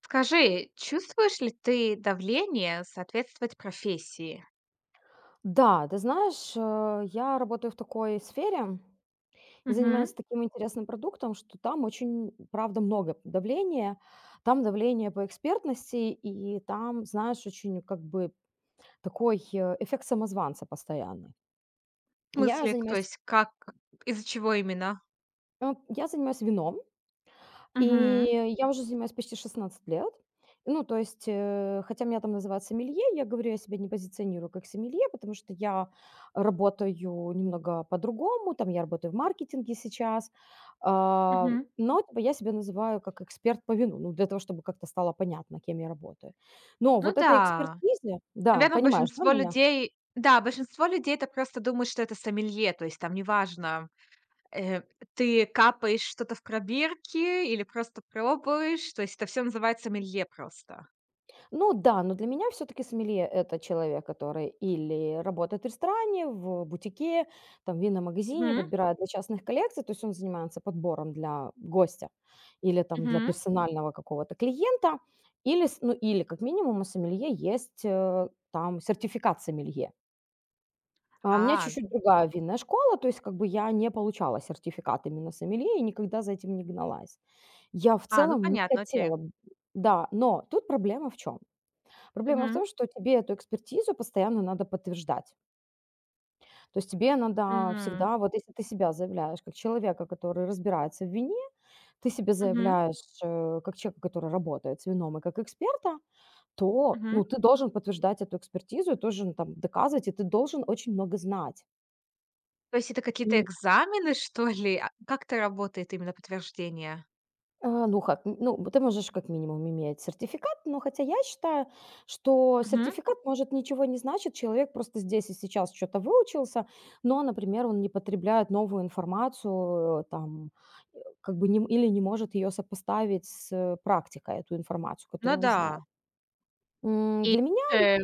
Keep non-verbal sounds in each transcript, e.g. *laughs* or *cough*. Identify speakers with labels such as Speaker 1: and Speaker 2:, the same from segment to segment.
Speaker 1: Скажи, чувствуешь ли ты давление соответствовать профессии?
Speaker 2: Да, ты знаешь, я работаю в такой сфере и
Speaker 1: Мгм.
Speaker 2: занимаюсь таким интересным продуктом, что там очень, правда, много давления. Там давление по экспертности, и там, знаешь, очень как бы такой эффект самозванца постоянный.
Speaker 1: В
Speaker 2: Я
Speaker 1: смысле, к то
Speaker 2: занимаюсь,
Speaker 1: есть как, из-за чего именно?
Speaker 2: я занимаюсь вином.
Speaker 1: Мгм.
Speaker 2: И я уже занимаюсь почти 16 лет. Ну, то есть, хотя меня там называют сомелье, я говорю, я себя не позиционирую как сомелье, потому что я работаю немного по-другому, там я работаю в маркетинге сейчас,
Speaker 1: Мгм.
Speaker 2: но типа, я себя называю как эксперт по вину, ну, для того, чтобы как-то стало понятно, кем я работаю. Но
Speaker 1: Ну
Speaker 2: вот этой
Speaker 1: да.
Speaker 2: экспертизе, да,
Speaker 1: Наверное,
Speaker 2: понимаешь, да,
Speaker 1: большинство
Speaker 2: меня?
Speaker 1: людей, да, большинство людей это просто думают, что это сомелье, то есть там неважно, э, ты капаешь что-то в пробирке или просто пробуешь, то есть это все называется сомелье просто.
Speaker 2: Ну да, но для меня все-таки сомелье — это человек, который или работает в ресторане, в бутике, там, в винном магазине,
Speaker 1: Мгм.
Speaker 2: подбирает для частных коллекций, то есть он занимается подбором для гостя или там для
Speaker 1: Мгм.
Speaker 2: персонального какого-то клиента, или, ну, или как минимум у сомелье есть там сертификат сомелье. А у меня
Speaker 1: А,
Speaker 2: чуть-чуть другая винная школа, то есть как бы я не получала сертификат именно сомелье и никогда за этим не гналась. Я в
Speaker 1: ну
Speaker 2: целом не
Speaker 1: понятно, окей.
Speaker 2: хотела, да, но тут проблема в чем? Проблема в
Speaker 1: Мгм.
Speaker 2: том, что тебе эту экспертизу постоянно надо подтверждать. То есть тебе надо
Speaker 1: М.
Speaker 2: всегда, вот если ты себя заявляешь как человека, который разбирается в вине, ты себя
Speaker 1: Мгм.
Speaker 2: заявляешь как человека, который работает с вином и как эксперта, то
Speaker 1: Мгм.
Speaker 2: ну, ты должен подтверждать эту экспертизу, и тоже ну, там, доказывать, и ты должен очень много знать.
Speaker 1: То есть это какие-то
Speaker 2: И
Speaker 1: экзамены, что ли? А как это работает именно подтверждение?
Speaker 2: Ну как, н ну, ты можешь как минимум иметь сертификат, но хотя я считаю, что
Speaker 1: Мгм.
Speaker 2: сертификат может ничего не значит. Человек просто здесь и сейчас что то выучился, но, например, он не потребляет новую информацию, там, как бы не м или не может ее сопоставить с практикой, эту информацию,
Speaker 1: Ну
Speaker 2: которую он знает.
Speaker 1: да. И
Speaker 2: Для меня.
Speaker 1: тоже.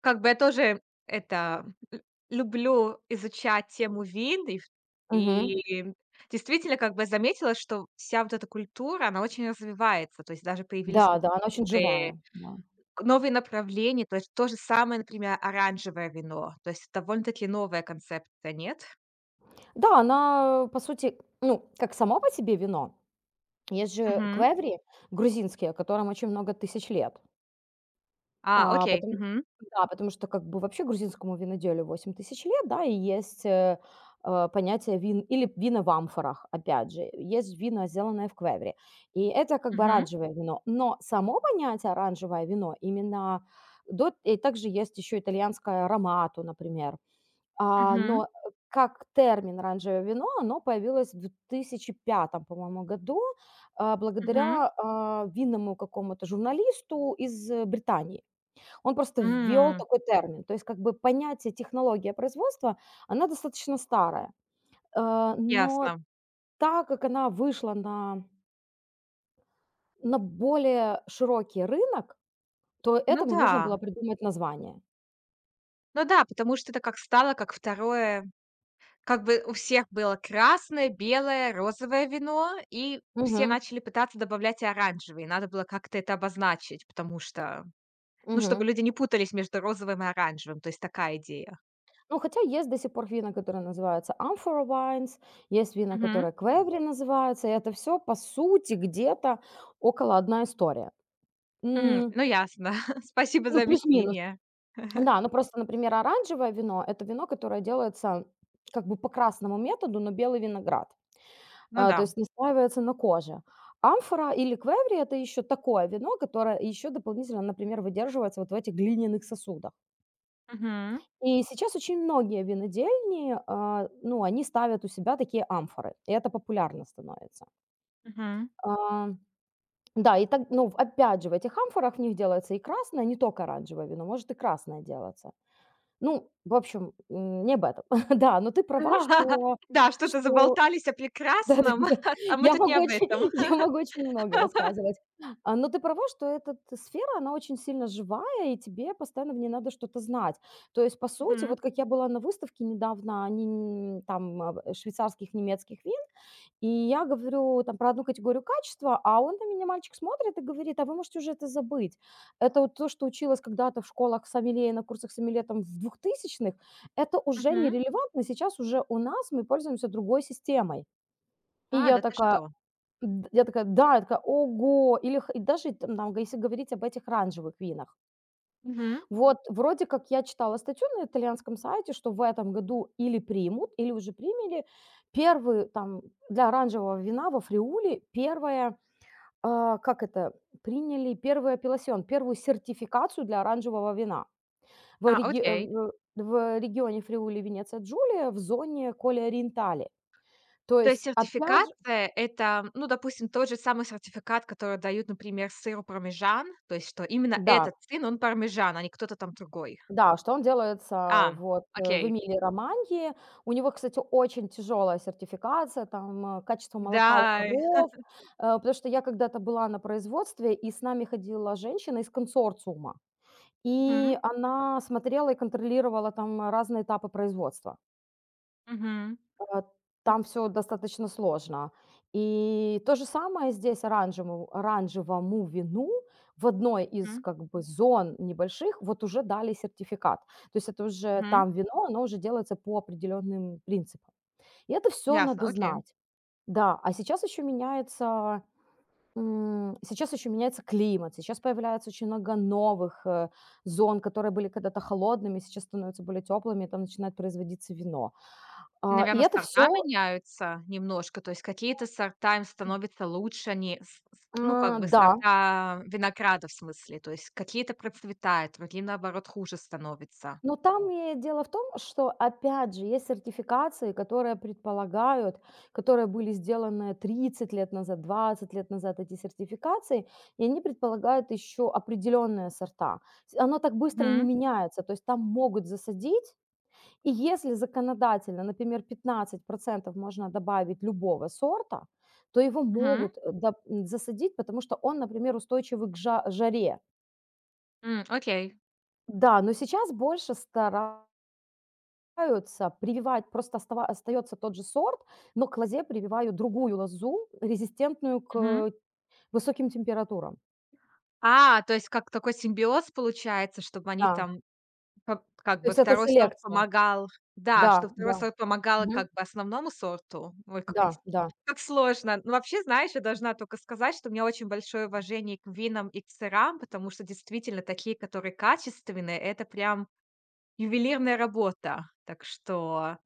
Speaker 1: Как бы я тоже это лю люблю изучать тему вин, и в
Speaker 2: Мгм.
Speaker 1: и действительно, как бы я заметила, что вся вот эта культура, она очень развивается. То есть даже появились
Speaker 2: Да, да, она
Speaker 1: какие-то
Speaker 2: очень
Speaker 1: новые
Speaker 2: живая, да.
Speaker 1: новые направления. То есть то же самое, например, оранжевое вино. То есть довольно-таки новая концепция, нет?
Speaker 2: Да, она, по сути, ну, как само по себе вино, есть же
Speaker 1: Мгм.
Speaker 2: квеври грузинские, которым очень много тысяч лет.
Speaker 1: А, окей.
Speaker 2: Потом
Speaker 1: Мгм.
Speaker 2: да, потому что как бы вообще грузинскому виноделю 8000 лет, да, и есть, понятие вин или вина в амфорах, опять же. Есть вино сделанное в квевре, и это как бы
Speaker 1: Мгм.
Speaker 2: оранжевое вино. Но само понятие оранжевое вино именно до и также есть еще итальянское ромато, например. А,
Speaker 1: Мгм.
Speaker 2: но, э, как термин "оранжевое вино" оно появилось в 2005 по-моему, году,
Speaker 1: Мгм.
Speaker 2: благодаря, винному какому-то журналисту из Британии. Он просто ввёл
Speaker 1: М,
Speaker 2: такой термин. То есть как бы понятие технология производства, она достаточно старая. Но
Speaker 1: ясно.
Speaker 2: так как она вышла на более широкий рынок, то
Speaker 1: Ну
Speaker 2: этому нужно было
Speaker 1: да.
Speaker 2: придумать название.
Speaker 1: Ну да, потому что это как стало, как второе, как бы у всех было красное, белое, розовое вино, и все
Speaker 2: Мгм,
Speaker 1: начали пытаться добавлять и оранжевый. Надо было как-то это обозначить, потому что, ну, чтобы
Speaker 2: мгм.
Speaker 1: люди не путались между розовым и оранжевым. То есть такая идея.
Speaker 2: Ну, хотя есть до сих пор вина, которые называются amphora wines, есть вина,
Speaker 1: Мгм.
Speaker 2: которые квеври называются, и это всё, по сути, где-то около одна история.
Speaker 1: М,
Speaker 2: М,
Speaker 1: ну ясно. *laughs* Спасибо
Speaker 2: ну,
Speaker 1: за
Speaker 2: плюс-минус.
Speaker 1: объяснение.
Speaker 2: Да, ну просто, например, оранжевое вино — это вино, которое делается как бы по красному методу, но белый виноград,
Speaker 1: Ну да.
Speaker 2: то есть настаивается на коже. Амфора или квеври — это еще такое вино, которое еще дополнительно, например, выдерживается вот в этих глиняных сосудах.
Speaker 1: Мгм.
Speaker 2: И сейчас очень многие винодельни, ну, они ставят у себя такие амфоры, и это популярно становится.
Speaker 1: Мгм.
Speaker 2: А, да, и так, ну, опять же, в этих амфорах в них делается и красное, не только оранжевое вино, может и красное делаться. Ну, в общем, не об этом. *laughs* Да, но ты права,
Speaker 1: *laughs*
Speaker 2: что
Speaker 1: Да, что-то
Speaker 2: что
Speaker 1: заболтались о
Speaker 2: *laughs*
Speaker 1: прекрасном,
Speaker 2: да-да-да,
Speaker 1: *laughs* а мы
Speaker 2: я
Speaker 1: тут не
Speaker 2: могу
Speaker 1: об
Speaker 2: очень
Speaker 1: этом.
Speaker 2: *laughs* я могу очень много
Speaker 1: *laughs*
Speaker 2: рассказывать. Но ты права, что эта т сфера, она очень сильно живая, и тебе постоянно в ней надо что-то знать. То есть, по сути,
Speaker 1: Мгм.
Speaker 2: вот как я была на выставке недавно, они, там, швейцарских, немецких вин, и я говорю там про одну категорию качества, а он на меня, мальчик, смотрит и говорит: "А вы можете уже это забыть. Это вот то, что училось когда-то в школах сомелье и на курсах сомелье там в двухтысячных, это уже
Speaker 1: Мгм.
Speaker 2: нерелевантно. Сейчас уже у нас мы пользуемся другой системой". И
Speaker 1: А,
Speaker 2: я
Speaker 1: да ты
Speaker 2: такая
Speaker 1: что?
Speaker 2: д я такая: "Да". Я такая: "Ого!" Или х и даже там, если говорить об этих оранжевых винах.
Speaker 1: Мгм.
Speaker 2: Вот вроде как я читала статью на итальянском сайте, что в этом году или примут, или уже приняли первый там для оранжевого вина во Фриуле первое, как это, приняли первый апелласьон, первую сертификацию для оранжевого вина. В
Speaker 1: А,
Speaker 2: реги э,
Speaker 1: окей.
Speaker 2: в в регионе Фриули-Венеция-Джулия в зоне Коlle Ориентали. То
Speaker 1: То есть
Speaker 2: есть опять же
Speaker 1: сертификация — это, ну, допустим, тот же самый сертификат, который дают, например, сыру пармезан, то есть что именно
Speaker 2: да.
Speaker 1: этот сын, он пармезан, а не кто-то там другой.
Speaker 2: Да, что он
Speaker 1: А,
Speaker 2: делается вот, в
Speaker 1: окей.
Speaker 2: Эмилии-Романьи. У него, кстати, очень тяжелая сертификация, там, качество молока у
Speaker 1: Да.
Speaker 2: коров. Потому что я когда-то была на производстве, и с нами ходила женщина из консорциума,
Speaker 1: Мгм,
Speaker 2: и она смотрела и контролировала там разные этапы производства,
Speaker 1: мгм,
Speaker 2: а,
Speaker 1: м,
Speaker 2: там все достаточно сложно. И то же самое здесь оранжевому вину в одной из,
Speaker 1: мгм,
Speaker 2: как бы, зон небольших вот уже дали сертификат. То есть это уже
Speaker 1: мгм.
Speaker 2: там вино, оно уже делается по определенным принципам. И это все
Speaker 1: Ясно,
Speaker 2: надо
Speaker 1: окей.
Speaker 2: знать. Да, сейчас еще меняется климат, сейчас появляется очень много новых, зон, которые были когда-то холодными, сейчас становятся более теплыми, и там начинает производиться вино. И
Speaker 1: Наверное,
Speaker 2: это
Speaker 1: сорта
Speaker 2: все.
Speaker 1: меняются немножко, то есть какие-то сорта им становятся лучше, они с ну, как бы
Speaker 2: Да,
Speaker 1: сорта винограда, в смысле, то есть какие-то процветают, другие, наоборот, хуже становятся.
Speaker 2: но там и дело в том, что, опять же, есть сертификации, которые предполагают, которые были сделаны 30 лет назад, 20 лет назад, эти сертификации, и они предполагают еще определенные сорта. Оно так быстро не
Speaker 1: Мгм,
Speaker 2: меняется, то есть там могут засадить, и если законодательно, например, 15% можно добавить любого сорта, то его
Speaker 1: мгм,
Speaker 2: могут засадить, потому что он, например, устойчивый к жаре.
Speaker 1: м, окей.
Speaker 2: Да, но сейчас больше стара Аются, прививают, просто остава остается тот же сорт, но к лозе прививают другую лозу, резистентную
Speaker 1: Мгм.
Speaker 2: к высоким температурам.
Speaker 1: А, то есть как такой симбиоз получается, чтобы они
Speaker 2: Да,
Speaker 1: там как
Speaker 2: то
Speaker 1: бы
Speaker 2: есть это
Speaker 1: второй сорт
Speaker 2: селекция.
Speaker 1: помогал, да,
Speaker 2: Да,
Speaker 1: чтобы второй
Speaker 2: да,
Speaker 1: сорт помогал
Speaker 2: мгм,
Speaker 1: как бы основному сорту. Ой,
Speaker 2: да, да,
Speaker 1: как сложно. Ну, вообще, знаешь, я должна только сказать, что у меня очень большое уважение к винам и к сырам, потому что действительно такие, которые качественные — это прям ювелирная работа. Так что.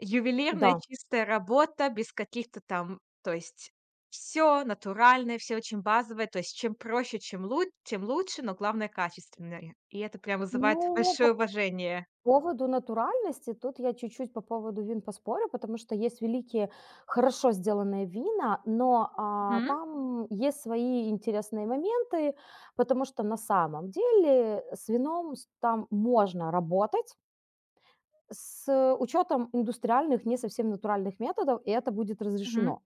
Speaker 1: Ювелирная
Speaker 2: да.
Speaker 1: чистая работа, без каких-то там, то есть все натуральное, все очень базовое. То есть чем проще, чем лу тем лучше, но главное качественное. И это прям вызывает
Speaker 2: Ну,
Speaker 1: большое
Speaker 2: по
Speaker 1: уважение.
Speaker 2: поводу натуральности, тут я чуть-чуть по поводу вин поспорю, потому что есть великие, хорошо сделанные вина, но,
Speaker 1: Мгм,
Speaker 2: там есть свои интересные моменты, потому что на самом деле с вином с там можно работать. С учетом индустриальных, не совсем натуральных методов, и это будет
Speaker 1: мгм.
Speaker 2: разрешено.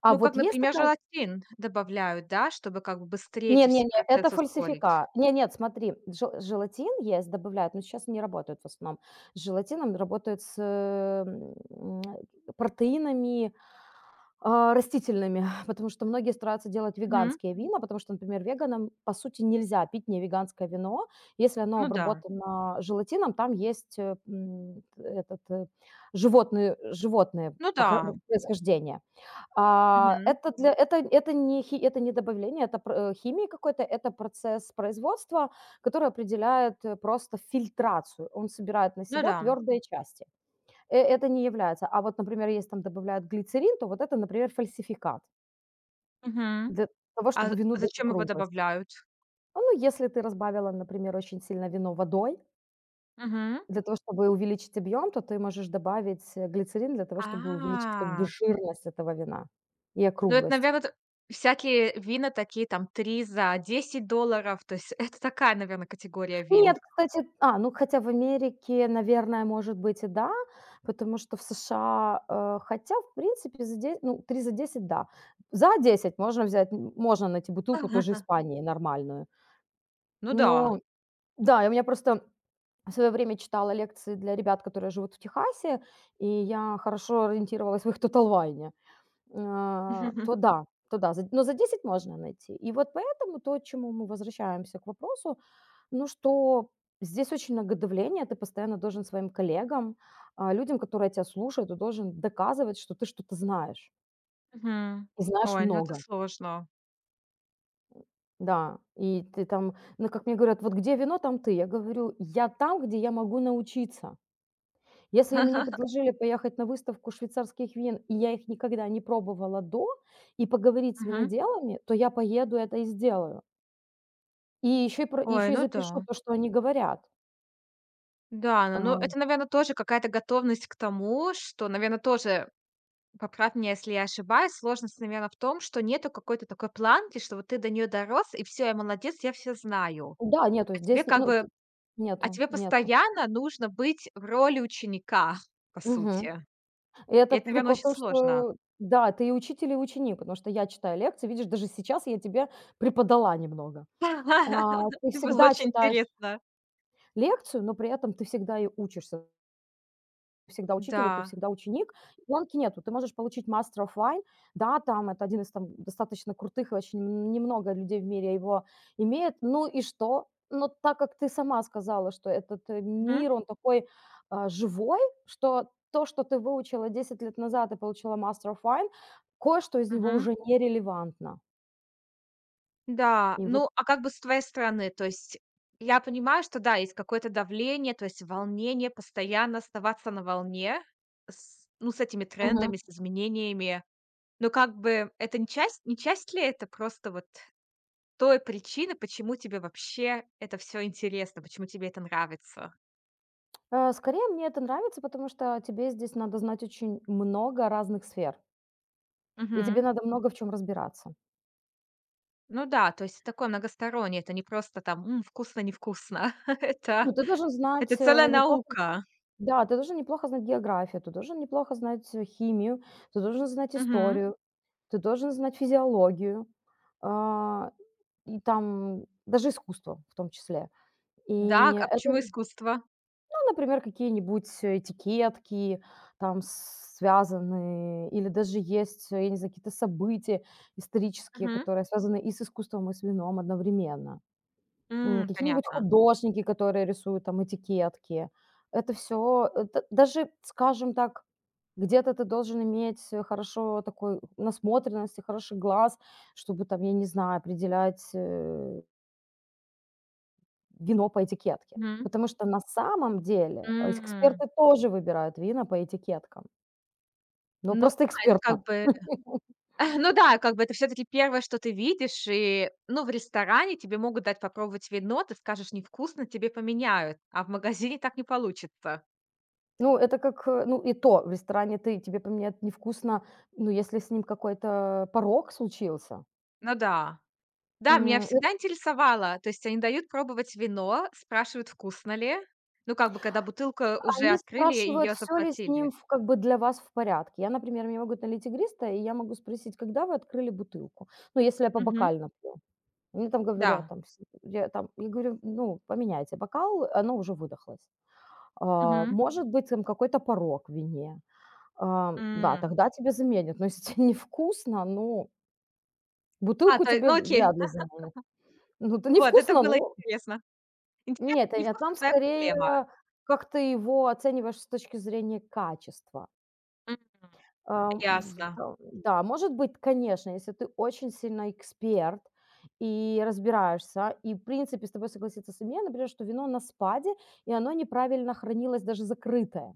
Speaker 2: А
Speaker 1: Ну, как,
Speaker 2: вот есть
Speaker 1: например,
Speaker 2: такая
Speaker 1: желатин добавляют, да, чтобы как бы быстрее
Speaker 2: не,
Speaker 1: эти
Speaker 2: не,
Speaker 1: все
Speaker 2: не, это
Speaker 1: процессы ускорить.
Speaker 2: фальсифика, не, нет, смотри, же желатин есть, добавляют, но сейчас не работают в основном. С желатином работают с, м, протеинами, растительными, *laughs* потому что многие стараются делать
Speaker 1: Мгм.
Speaker 2: веганские вина, потому что, например, веганам, по сути, нельзя пить не веганское вино. Если оно
Speaker 1: Ну да.
Speaker 2: обработано желатином, там есть, этот, животные животное
Speaker 1: Ну
Speaker 2: похо
Speaker 1: да.
Speaker 2: происхождение.
Speaker 1: Мгм.
Speaker 2: Это для это не хи это не добавление, это химии какой-то, это процесс производства, который определяет, просто фильтрацию. Он собирает на
Speaker 1: Ну
Speaker 2: себя
Speaker 1: да.
Speaker 2: твердые части. Это не является. А вот, например, если там добавляют глицерин, то вот это, например, фальсификат
Speaker 1: Мгм.
Speaker 2: для того,
Speaker 1: А
Speaker 2: чтобы
Speaker 1: з
Speaker 2: вину
Speaker 1: а
Speaker 2: дать
Speaker 1: зачем его
Speaker 2: округлость.
Speaker 1: добавляют?
Speaker 2: Ну, если ты разбавила, например, очень сильно вино водой
Speaker 1: Мгм.
Speaker 2: для того, чтобы увеличить объем, то ты можешь добавить, глицерин для того, чтобы увеличить как бы
Speaker 1: А.
Speaker 2: жирность этого вина и
Speaker 1: Ну, это,
Speaker 2: округлость.
Speaker 1: наверное, всякие вина такие там 3 за 10 долларов. То есть *laughs* это такая, наверное, категория вин.
Speaker 2: Нет, кстати, ну хотя в Америке, наверное, может быть и да, потому что в США, хотя в принципе за десять, ну 3 за 10, да. За 10 можно взять, можно найти бутылку тоже
Speaker 1: *laughs*
Speaker 2: Испании нормальную.
Speaker 1: Ну да.
Speaker 2: Но да, я у меня просто в свое время читала лекции для ребят, которые живут в Техасе, и я хорошо ориентировалась в их тоталвайне.
Speaker 1: *laughs*
Speaker 2: То да, за 10 можно найти. И вот поэтому то, чему мы возвращаемся к вопросу, ну, что здесь очень много давления, ты постоянно должен своим коллегам, людям, которые тебя слушают, ты должен доказывать, что ты что-то знаешь
Speaker 1: Мгм.
Speaker 2: и знаешь
Speaker 1: Ой, ну это
Speaker 2: много.
Speaker 1: сложно.
Speaker 2: Да, и ты там, ну, как мне говорят: "Вот где вино, там ты". Я говорю: "Я там, где я могу научиться". Если мне
Speaker 1: *laughs*
Speaker 2: предложили поехать на выставку швейцарских вин, и я их никогда не пробовала до, и поговорить с
Speaker 1: Мгм.
Speaker 2: виноделами, то я поеду это и сделаю. И
Speaker 1: Ой,
Speaker 2: еще и
Speaker 1: ну да.
Speaker 2: запишу то, что они говорят.
Speaker 1: Да,
Speaker 2: А,
Speaker 1: ну это, наверное, тоже какая-то готовность к тому, что, наверное, тоже, поправь меня, если я ошибаюсь, сложность, наверное, в том, что нету какой-то такой планки, что вот ты до нее дорос, и все, я молодец, я все знаю.
Speaker 2: да, нету,
Speaker 1: А тебе
Speaker 2: здесь не
Speaker 1: как
Speaker 2: ну,
Speaker 1: бы
Speaker 2: т
Speaker 1: А
Speaker 2: нету,
Speaker 1: тебе
Speaker 2: нету.
Speaker 1: постоянно нужно быть в роли ученика, по
Speaker 2: Мгм.
Speaker 1: сути.
Speaker 2: И
Speaker 1: И
Speaker 2: это
Speaker 1: это, наверно,
Speaker 2: прикол в
Speaker 1: очень
Speaker 2: том,
Speaker 1: сложно.
Speaker 2: что да, ты и учитель, и ученик, потому что я читаю лекции, видишь, даже сейчас я тебе преподала немного. А,
Speaker 1: *laughs*
Speaker 2: ты
Speaker 1: Было
Speaker 2: всегда
Speaker 1: очень
Speaker 2: читаешь
Speaker 1: интересно.
Speaker 2: лекцию, но при этом ты всегда и учишься. Всегда учитель, и ты
Speaker 1: Да.
Speaker 2: всегда ученик. Гонки нету. Ты можешь получить Master of Wine. Да, там это один из там достаточно крутых, и очень н немного людей в мире его имеет. Ну и что? Но так как ты сама сказала, что этот,
Speaker 1: Мгм.
Speaker 2: мир, он такой, живой, что то, что ты выучила 10 лет назад и получила Master of Wine, кое-что из него
Speaker 1: Мгм.
Speaker 2: уже нерелевантно.
Speaker 1: Да.
Speaker 2: И вот.
Speaker 1: Ну, а как бы с твоей стороны? То есть я понимаю, что да, есть какое-то давление, то есть волнение, постоянно оставаться на волне с ну, с этими трендами,
Speaker 2: Мгм.
Speaker 1: с изменениями. Но как бы это не часть ли это просто вот той причины, почему тебе вообще это все интересно, почему тебе это нравится?
Speaker 2: Скорее мне это нравится, потому что тебе здесь надо знать очень много разных сфер, и тебе
Speaker 1: Мгм.
Speaker 2: надо много в чем разбираться.
Speaker 1: Ну да, то есть такое многостороннее, это не просто там: "М, вкусно, невкусно". *laughs*
Speaker 2: Ну,
Speaker 1: Это
Speaker 2: ты должен знать,
Speaker 1: это
Speaker 2: э,
Speaker 1: целая
Speaker 2: неплохо
Speaker 1: наука.
Speaker 2: да, ты должен неплохо знать географию, ты должен неплохо знать, химию, ты должен знать
Speaker 1: Мгм.
Speaker 2: историю, ты должен знать физиологию, а, и там даже искусство в том числе.
Speaker 1: Да,
Speaker 2: И
Speaker 1: а почему
Speaker 2: это,
Speaker 1: искусство?
Speaker 2: ну, например, какие-нибудь этикетки, там связанные или даже есть, я не знаю, какие-то события исторические,
Speaker 1: Мгм.
Speaker 2: которые связаны и с искусством, и с вином одновременно.
Speaker 1: М,
Speaker 2: Какие-нибудь
Speaker 1: понятно.
Speaker 2: художники, которые рисуют там этикетки. Это все, даже, скажем так, где-то ты должен иметь, хорошо такой насмотренность и хороший глаз, чтобы там, я не знаю, определять, вино по этикетке.
Speaker 1: Мгм.
Speaker 2: Потому что на самом деле,
Speaker 1: М.
Speaker 2: эксперты тоже выбирают вина по этикеткам, но
Speaker 1: Ну
Speaker 2: просто
Speaker 1: да, это
Speaker 2: экспертно.
Speaker 1: как бы *laughs* ну да, как бы это все таки первое, что ты видишь, и, ну, в ресторане тебе могут дать попробовать вино, ты скажешь: "Невкусно", тебе поменяют, а в магазине так не получится.
Speaker 2: Ну, это как, ну, и то в ресторане ты тебе поменяют невкусно, ну, если с ним какой-то порог случился.
Speaker 1: Ну да. Да, меня всегда интересовало. То есть они дают пробовать вино, спрашивают, вкусно ли. Ну, как бы, когда бутылку уже
Speaker 2: Они
Speaker 1: открыли и
Speaker 2: спрашивают,
Speaker 1: ее
Speaker 2: все ли с ним
Speaker 1: заплатили.
Speaker 2: в как бы для вас в порядке. Я, например, мне могут налить игристое, и я могу спросить: "Когда вы открыли бутылку?" Ну, если я по
Speaker 1: Мгм.
Speaker 2: бокально пью. Мне там говорят,
Speaker 1: Да.
Speaker 2: там, с я там я говорю: "Ну, поменяйте бокал". Оно уже выдохлось.
Speaker 1: Мгм.
Speaker 2: Может быть, там какой-то порог в вине. Да,
Speaker 1: М.
Speaker 2: тогда тебе заменят. Но если *laughs* те невкусно, ну,
Speaker 1: А,
Speaker 2: бутылку
Speaker 1: то е
Speaker 2: тебе
Speaker 1: ну окей.
Speaker 2: вряд ли заменят. Ну, это
Speaker 1: Вот, это
Speaker 2: невкусно,
Speaker 1: было
Speaker 2: ну
Speaker 1: интересно. Интересно,
Speaker 2: нет, а я
Speaker 1: невкусно —
Speaker 2: там
Speaker 1: твоя
Speaker 2: скорее,
Speaker 1: проблема.
Speaker 2: как ты его оцениваешь с точки зрения качества.
Speaker 1: М,
Speaker 2: Ам, в
Speaker 1: ясно.
Speaker 2: да, да, может быть, конечно, если ты очень сильно эксперт и разбираешься, и, в принципе, с тобой согласится семья, например, что вино на спаде, и оно неправильно хранилось, даже закрытое.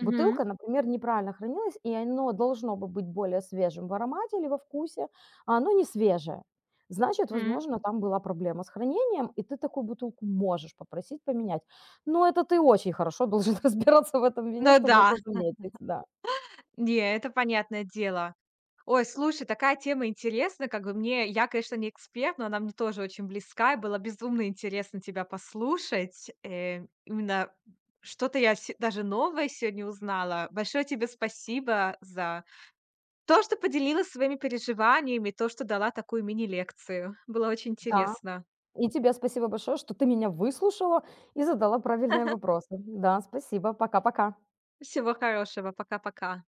Speaker 1: Мгм.
Speaker 2: Бутылка, например, неправильно хранилась, и оно должно бы быть более свежим в аромате или во вкусе, а оно не свежее. Значит,
Speaker 1: Мгм.
Speaker 2: возможно, там была проблема с хранением, и ты такую бутылку можешь попросить поменять. Но это ты очень хорошо должен *laughs* разбираться в этом вине,
Speaker 1: Ну
Speaker 2: чтобы
Speaker 1: да.
Speaker 2: это заметить, да.
Speaker 1: Не, это понятное дело. Ой, слушай, такая тема интересна. Как бы мне, я, конечно, не эксперт, но она мне тоже очень близка, и было безумно интересно тебя послушать. Именно даже новое сегодня узнала. Большое тебе спасибо за то, что поделилась своими переживаниями, то, что дала такую мини-лекцию. Было очень
Speaker 2: Да.
Speaker 1: интересно.
Speaker 2: И тебе спасибо большое, что ты меня выслушала и задала правильные
Speaker 1: *laughs*
Speaker 2: вопросы. Да, спасибо. Пока-пока.
Speaker 1: Всего хорошего. Пока-пока.